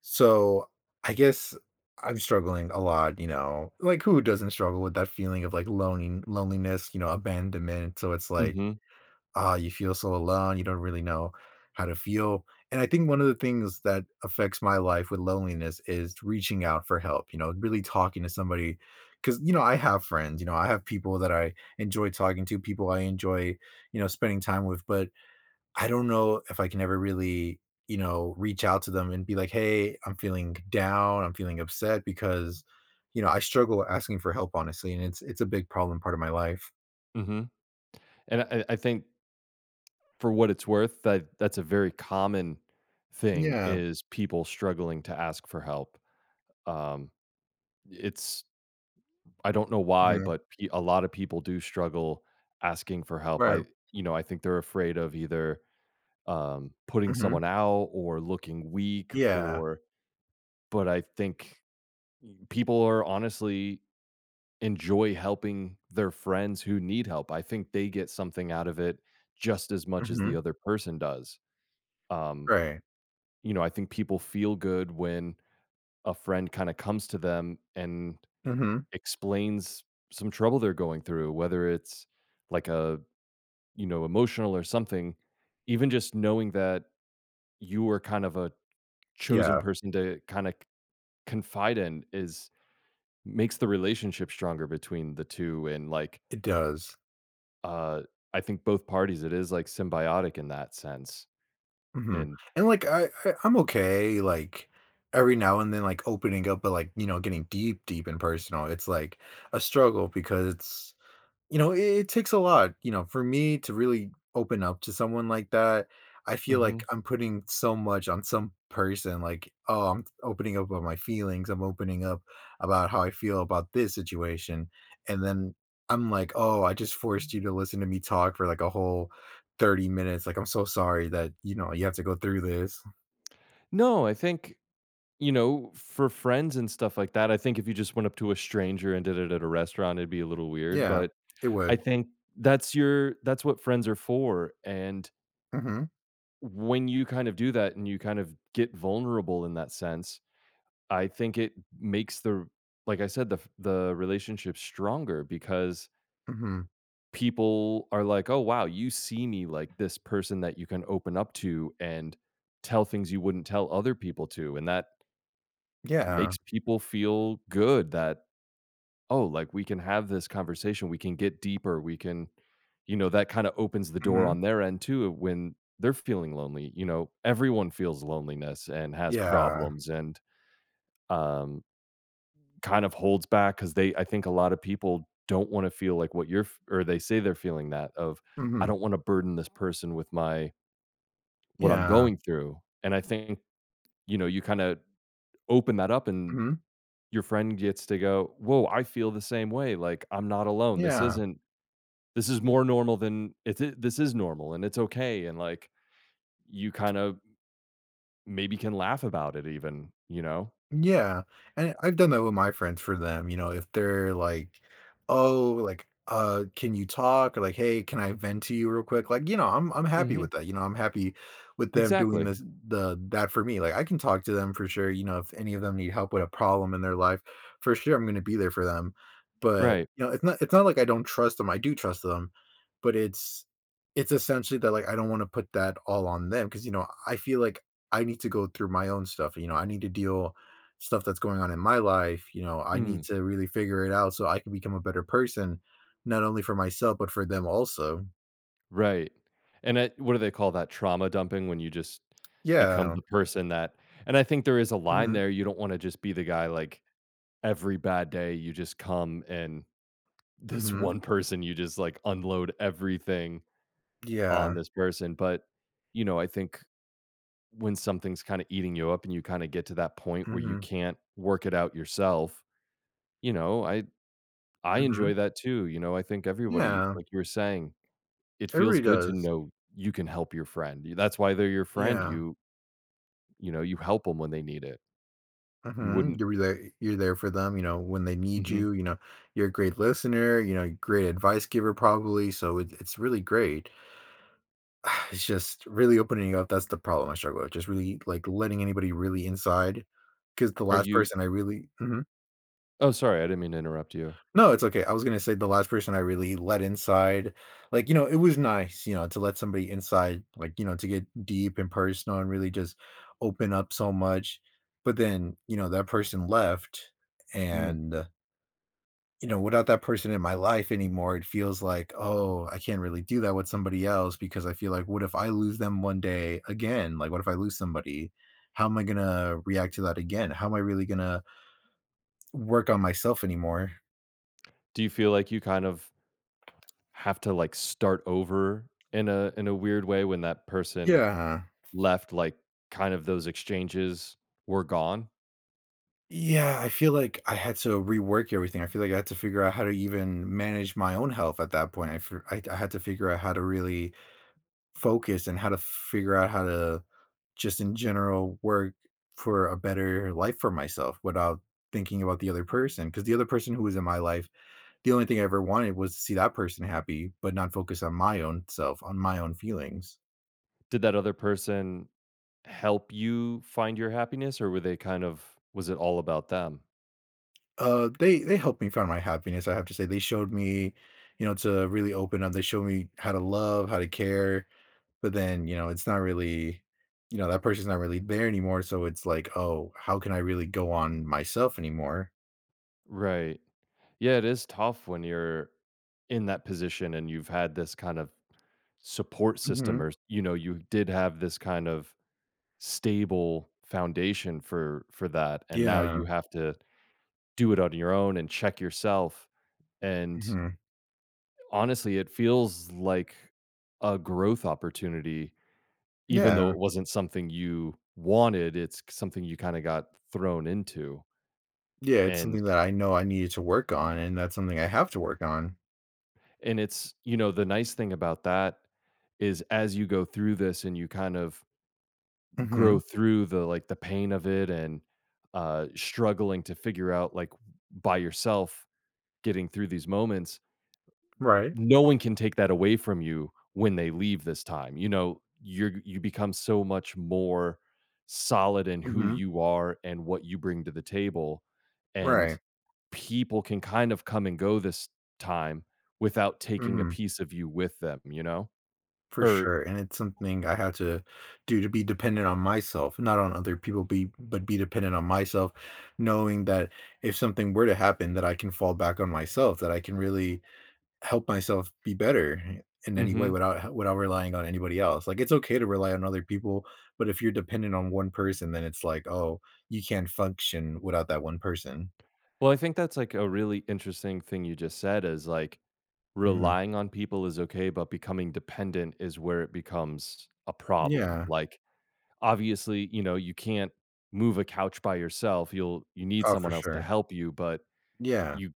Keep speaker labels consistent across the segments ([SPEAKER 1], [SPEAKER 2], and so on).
[SPEAKER 1] So I guess I'm struggling a lot. Like who doesn't struggle with that feeling of like loaning loneliness, you know, abandonment. So it's like,
[SPEAKER 2] Mhm,
[SPEAKER 1] you feel so alone, you don't really know how to feel. And I think one of the things that affects my life with loneliness is reaching out for help, really talking to somebody. Cause, I have friends, I have people that I enjoy talking to, people I enjoy, spending time with. But I don't know if I can ever really, reach out to them and be like, "Hey, I'm feeling down, I'm feeling upset," because I struggle asking for help, honestly, and it's a big problem part of my life.
[SPEAKER 2] mhm, and I think for what it's worth, that's a very common thing
[SPEAKER 1] Yeah.
[SPEAKER 2] is people struggling to ask for help. Um, it's I don't know why,
[SPEAKER 1] Mhm.
[SPEAKER 2] but pe a lot of people do struggle asking for help.
[SPEAKER 1] Right.
[SPEAKER 2] I think they're afraid of either, putting
[SPEAKER 1] Mhm.
[SPEAKER 2] someone out or looking weak
[SPEAKER 1] Yeah.
[SPEAKER 2] or but I think people are honestly enjoy helping their friends who need help. I think they get something out of it just as much as the
[SPEAKER 1] Mhm.
[SPEAKER 2] other person does. Um,
[SPEAKER 1] Right.
[SPEAKER 2] I think people feel good when a friend kinda comes to them and
[SPEAKER 1] Mhm.
[SPEAKER 2] explains some trouble they're going through, whether it's like a, emotional or something. Even just knowing that you were kind of a chosen
[SPEAKER 1] Yeah,
[SPEAKER 2] person to kinda confide in is makes the relationship stronger between the two and, like,
[SPEAKER 1] it does.
[SPEAKER 2] uh, I think both parties, it is, like, symbiotic in that sense,
[SPEAKER 1] Mhm.
[SPEAKER 2] and.
[SPEAKER 1] And, like, I'm okay, like, every now and then, like, opening up, but, like, getting deep, deep and personal, it's, like, a struggle because it takes a lot, for me to really open up to someone like that. I feel like
[SPEAKER 2] Mhm.
[SPEAKER 1] I'm putting so much on some person, like, "Oh, I'm opening up about my feelings, I'm opening up about how I feel about this situation," and then I'm like, "Oh, I just forced you to listen to me talk for, like, a whole 30 minutes, like, I'm so sorry that, you have to go through this."
[SPEAKER 2] No, I think you know, for friends and stuff like that, I think if you just went up to a stranger and did it at a restaurant, it'd be a little weird,
[SPEAKER 1] Yeah,
[SPEAKER 2] but
[SPEAKER 1] it
[SPEAKER 2] I
[SPEAKER 1] would.
[SPEAKER 2] think that's what friends are for, and
[SPEAKER 1] Mhm,
[SPEAKER 2] when you kind of do that and you kind of get vulnerable in that sense, I think it makes the like I said, the relationship stronger because
[SPEAKER 1] mhm.
[SPEAKER 2] people are like, "Oh, wow, you see me like this person that you can open up to and tell things you wouldn't tell other people to." And that
[SPEAKER 1] Yeah.
[SPEAKER 2] makes people feel good that oh, like we can have this conversation, we can get deeper, we can, that kind of opens the door
[SPEAKER 1] Mhm.
[SPEAKER 2] on their end too when they're feeling lonely. You know, everyone feels loneliness and has
[SPEAKER 1] Yeah.
[SPEAKER 2] problems and um, kind of holds back because they, I think a lot of people don't want to feel like what you're, or they say they're feeling that of, I
[SPEAKER 1] Mhm.
[SPEAKER 2] don't want to burden this person with my, what I'm
[SPEAKER 1] Yeah.
[SPEAKER 2] going through. And I think, you kind of open that up and
[SPEAKER 1] Mhm.
[SPEAKER 2] your friend gets to go, whoa, I feel the same way. Like I'm not alone. This
[SPEAKER 1] Yeah.
[SPEAKER 2] isn't this is more normal than this is normal and it's okay and like you kind of maybe can laugh about it even.
[SPEAKER 1] Yeah. And I've done that with my friends for them. If they're like, oh, like, can you talk? Or like, hey, can I vent to you real quick? Like, you know, I'm happy
[SPEAKER 2] Hmm.
[SPEAKER 1] with that. I'm happy with them doing
[SPEAKER 2] Exactly.
[SPEAKER 1] this the that for me. Like I can talk to them for sure. If any of them need help with a problem in their life, for sure I'm gonna be there for them. But
[SPEAKER 2] Right.
[SPEAKER 1] it's not like I don't trust them. I do trust them, but it's essentially that like I don't want to put that all on them because I feel like I need to go through my own stuff. I need to deal stuff that's going on in my life, I need
[SPEAKER 2] Mm,
[SPEAKER 1] to really figure it out so I can become a better person, not only for myself, but for them also.
[SPEAKER 2] right. And what do they call that trauma dumping when you just become
[SPEAKER 1] Yeah.
[SPEAKER 2] the person that and I think there is a line
[SPEAKER 1] Mhm.
[SPEAKER 2] there. You don't want to just be the guy like every bad day you just come and this
[SPEAKER 1] Mhm.
[SPEAKER 2] one person you just like unload everything on
[SPEAKER 1] Yeah.
[SPEAKER 2] this person, but I think when something's kind of eating you up and you kind of get to that point where you
[SPEAKER 1] Mhm.
[SPEAKER 2] can't work it out yourself, you know, I
[SPEAKER 1] Mhm.
[SPEAKER 2] enjoy that too, I think everybody
[SPEAKER 1] Yeah.
[SPEAKER 2] like you were saying, it
[SPEAKER 1] It really
[SPEAKER 2] feels good to
[SPEAKER 1] does.
[SPEAKER 2] know you can help your friend. Y That's why they're your friend,
[SPEAKER 1] Yeah.
[SPEAKER 2] you you help them when they need it. You
[SPEAKER 1] Mhm.
[SPEAKER 2] wouldn't
[SPEAKER 1] You're there for them, when they need
[SPEAKER 2] Mhm.
[SPEAKER 1] you, you're a great listener, great advice giver probably, so it's really great. It's just really opening up. That's the problem I struggle with. Just really like letting anybody really inside. Because the
[SPEAKER 2] Are
[SPEAKER 1] last
[SPEAKER 2] you
[SPEAKER 1] person I really Mhm.
[SPEAKER 2] Oh, sorry, I didn't mean to interrupt you.
[SPEAKER 1] No, it's okay. I was gonna say the last person I really let inside, like, it was nice, to let somebody inside, like, to get deep and personal and really just open up so much. But then, that person left
[SPEAKER 2] Mm.
[SPEAKER 1] and without that person in my life anymore, it feels like, oh, I can't really do that with somebody else because I feel like, what if I lose them one day again? Like, what if I lose somebody? How am I gonna react to that again? How am I really gonna work on myself anymore?
[SPEAKER 2] Do you feel like you kind of have to, like, start over in a weird way when that person
[SPEAKER 1] Yeah.
[SPEAKER 2] left, like, kind of those exchanges were gone?
[SPEAKER 1] Yeah, I feel like I had to rework everything. I feel like I had to figure out how to even manage my own health at that point. I had to figure out how to really focus and how to figure out how to just in general work for a better life for myself without thinking about the other person. Because the other person who was in my life, the only thing I ever wanted was to see that person happy, but not focus on my own self, on my own feelings.
[SPEAKER 2] Did that other person help you find your happiness, or were they kind of was it all about them?
[SPEAKER 1] They helped me find my happiness, I have to say. They showed me, to really open up. They showed me how to love, how to care, but then, it's not really, that person's not really there anymore, so it's like, "Oh, how can I really go on myself anymore?"
[SPEAKER 2] Right. Yeah, it is tough when you're in that position and you've had this kind of support system
[SPEAKER 1] Mhm.
[SPEAKER 2] or you did have this kind of stable foundation for that and now
[SPEAKER 1] Yeah.
[SPEAKER 2] you have to do it on your own and check yourself and
[SPEAKER 1] Mhm.
[SPEAKER 2] honestly it feels like a growth opportunity. Even though
[SPEAKER 1] Yeah.
[SPEAKER 2] it wasn't something you wanted, it's something you kinda got thrown into,
[SPEAKER 1] Yeah, it's
[SPEAKER 2] and
[SPEAKER 1] something that I know I needed to work on, and that's something I have to work on.
[SPEAKER 2] and the nice thing about that is as you go through this and you kind of grow
[SPEAKER 1] Mhm.
[SPEAKER 2] through the, like, the pain of it and, struggling to figure out, like, by yourself, getting through these moments,
[SPEAKER 1] Right.
[SPEAKER 2] no one can take that away from you when they leave this time. You know, you become so much more solid in who
[SPEAKER 1] Mhm.
[SPEAKER 2] you are and what you bring to the table and
[SPEAKER 1] Right.
[SPEAKER 2] people can kind of come and go this time without taking a
[SPEAKER 1] Mhm.
[SPEAKER 2] piece of you with them, you know?
[SPEAKER 1] For
[SPEAKER 2] Or
[SPEAKER 1] sure, and it's something I had to do to be dependent on myself, not on other people, be but be dependent on myself, knowing that if something were to happen, that I can fall back on myself, that I can really help myself be better in any way
[SPEAKER 2] Mhm.
[SPEAKER 1] without relying on anybody else. Like it's okay to rely on other people, but if you're dependent on one person, then it's like, oh, you can't function without that one person.
[SPEAKER 2] Well, I think that's like a really interesting thing you just said is like
[SPEAKER 1] Hmm.
[SPEAKER 2] relying on people is okay, but becoming dependent is where it becomes a problem.
[SPEAKER 1] Yeah.
[SPEAKER 2] Obviously, you can't move a couch by yourself. You need
[SPEAKER 1] Oh, for
[SPEAKER 2] someone else to
[SPEAKER 1] sure.
[SPEAKER 2] help you, but
[SPEAKER 1] Yeah.
[SPEAKER 2] you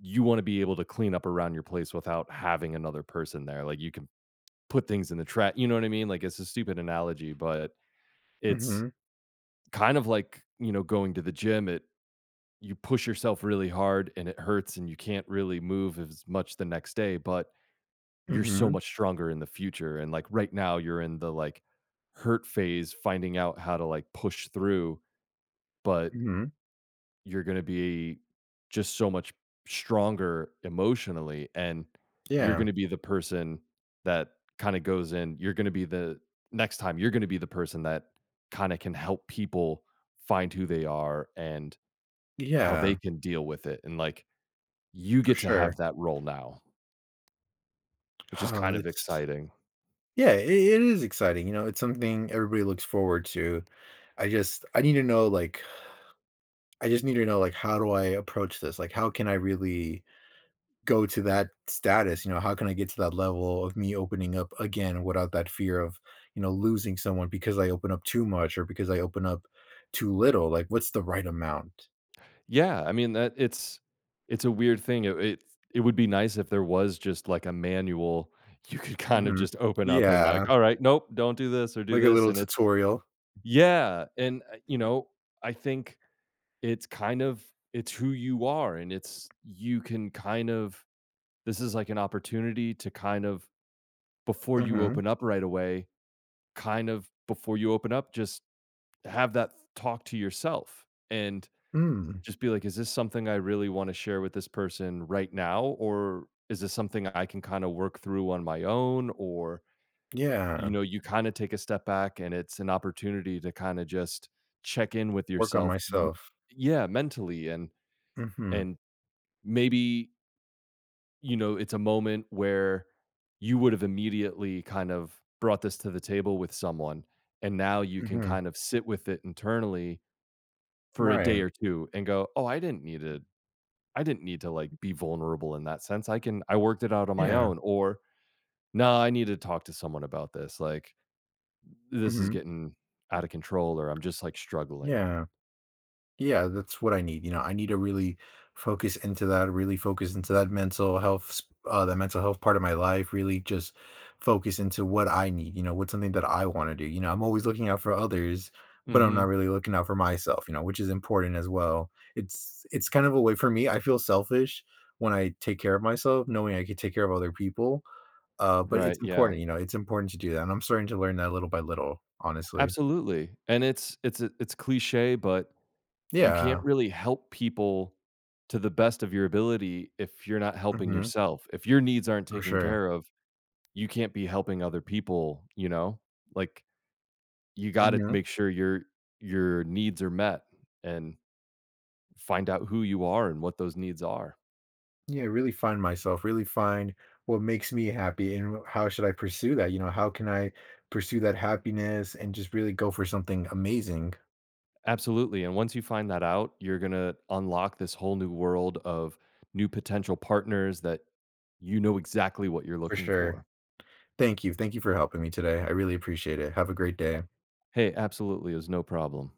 [SPEAKER 2] you wanna be able to clean up around your place without having another person there. Like, you can put things in the trash, you know what I mean? Like, it's a stupid analogy, but it's
[SPEAKER 1] Hmm.
[SPEAKER 2] kind of like, going to the gym. It you push yourself really hard and it hurts and you can't really move as much the next day, but you're so
[SPEAKER 1] Hmm.
[SPEAKER 2] much stronger in the future, and, like, right now, you're in the, like, hurt phase, finding out how to, like, push through, but
[SPEAKER 1] Hmm.
[SPEAKER 2] You're gonna be just so much stronger emotionally, and you're
[SPEAKER 1] Yeah.
[SPEAKER 2] gonna be the person that kinda goes in you're gonna be the next time, you're gonna be the person that kinda can help people find who they are and how they
[SPEAKER 1] Yeah.
[SPEAKER 2] can deal with it, and, like, you
[SPEAKER 1] For
[SPEAKER 2] get to
[SPEAKER 1] sure.
[SPEAKER 2] have that role now, which is
[SPEAKER 1] Oh,
[SPEAKER 2] kind of
[SPEAKER 1] it's
[SPEAKER 2] exciting.
[SPEAKER 1] yeah, it is exciting, it's something everybody looks forward to. I just I need to know, like I just need to know, like, how do I approach this? Like, how can I really go to that status, how can I get to that level of me opening up again without that fear of, losing someone because I open up too much or because I open up too little? Like, what's the right amount?
[SPEAKER 2] Yeah, I mean that it's a weird thing. It would be nice if there was just like a manual you could kind of
[SPEAKER 1] Mhm.
[SPEAKER 2] just open up and
[SPEAKER 1] Yeah,
[SPEAKER 2] like, all right, nope, don't do this or do
[SPEAKER 1] like a
[SPEAKER 2] this,
[SPEAKER 1] little
[SPEAKER 2] and it's
[SPEAKER 1] tutorial.
[SPEAKER 2] yeah, and I think it's kind of it's who you are, and it's you can kind of this is like an opportunity to kind of before you
[SPEAKER 1] Mhm.
[SPEAKER 2] open up right away, kind of before you open up, just have that talk to yourself and
[SPEAKER 1] Mm,
[SPEAKER 2] just be like, "Is this something I really wanna share with this person right now, or is this something I can kinda work through on my own?" Or,
[SPEAKER 1] yeah,
[SPEAKER 2] you kinda take a step back and it's an opportunity to kinda just check in with
[SPEAKER 1] work on
[SPEAKER 2] yourself m
[SPEAKER 1] myself.
[SPEAKER 2] Yeah, mentally, and
[SPEAKER 1] Mhm,
[SPEAKER 2] and maybe, it's a moment where you would've immediately kind of brought this to the table with someone, and now you can
[SPEAKER 1] mhm,
[SPEAKER 2] kind of sit with it internally for a day
[SPEAKER 1] right.
[SPEAKER 2] or two and go, "Oh, I didn't need to like be vulnerable in that sense. I worked it out on my
[SPEAKER 1] Yeah.
[SPEAKER 2] own or no, I need to talk to someone about this. Like this is
[SPEAKER 1] Mhm.
[SPEAKER 2] getting out of control or I'm just like struggling."
[SPEAKER 1] Yeah. Yeah, that's what I need, I need to really focus into that, really focus into that mental health s that mental health part of my life, really just focus into what I need, what's something that I wanna do, I'm always looking out for others, but I'm not
[SPEAKER 2] Mhm.
[SPEAKER 1] really looking out for myself, which is important as well. It's kind of a way for me, I feel selfish when I take care of myself, knowing I could take care of other people, but
[SPEAKER 2] Right,
[SPEAKER 1] it's
[SPEAKER 2] yeah.
[SPEAKER 1] important, it's important to do that, and I'm starting to learn that little by little, honestly.
[SPEAKER 2] Absolutely. And it's cliché, but you
[SPEAKER 1] Yeah.
[SPEAKER 2] can't really help people to the best of your ability if you're not helping
[SPEAKER 1] Mhm.
[SPEAKER 2] yourself. If your needs aren't
[SPEAKER 1] For
[SPEAKER 2] taken
[SPEAKER 1] sure.
[SPEAKER 2] care of, you can't be helping other people, you know? Like you got to
[SPEAKER 1] Mhm.
[SPEAKER 2] make sure your needs are met and find out who you are and what those needs are.
[SPEAKER 1] Yeah, really find myself, really find what makes me happy and how should I pursue that? How can I pursue that happiness and just really go for something amazing
[SPEAKER 2] Absolutely. And once you find that out, you're going to unlock this whole new world of new potential partners that you know exactly what you're
[SPEAKER 1] for
[SPEAKER 2] looking
[SPEAKER 1] sure.
[SPEAKER 2] for.
[SPEAKER 1] Thank you. Thank you for helping me today. I really appreciate it. Have a great day.
[SPEAKER 2] Hey, absolutely is no problem.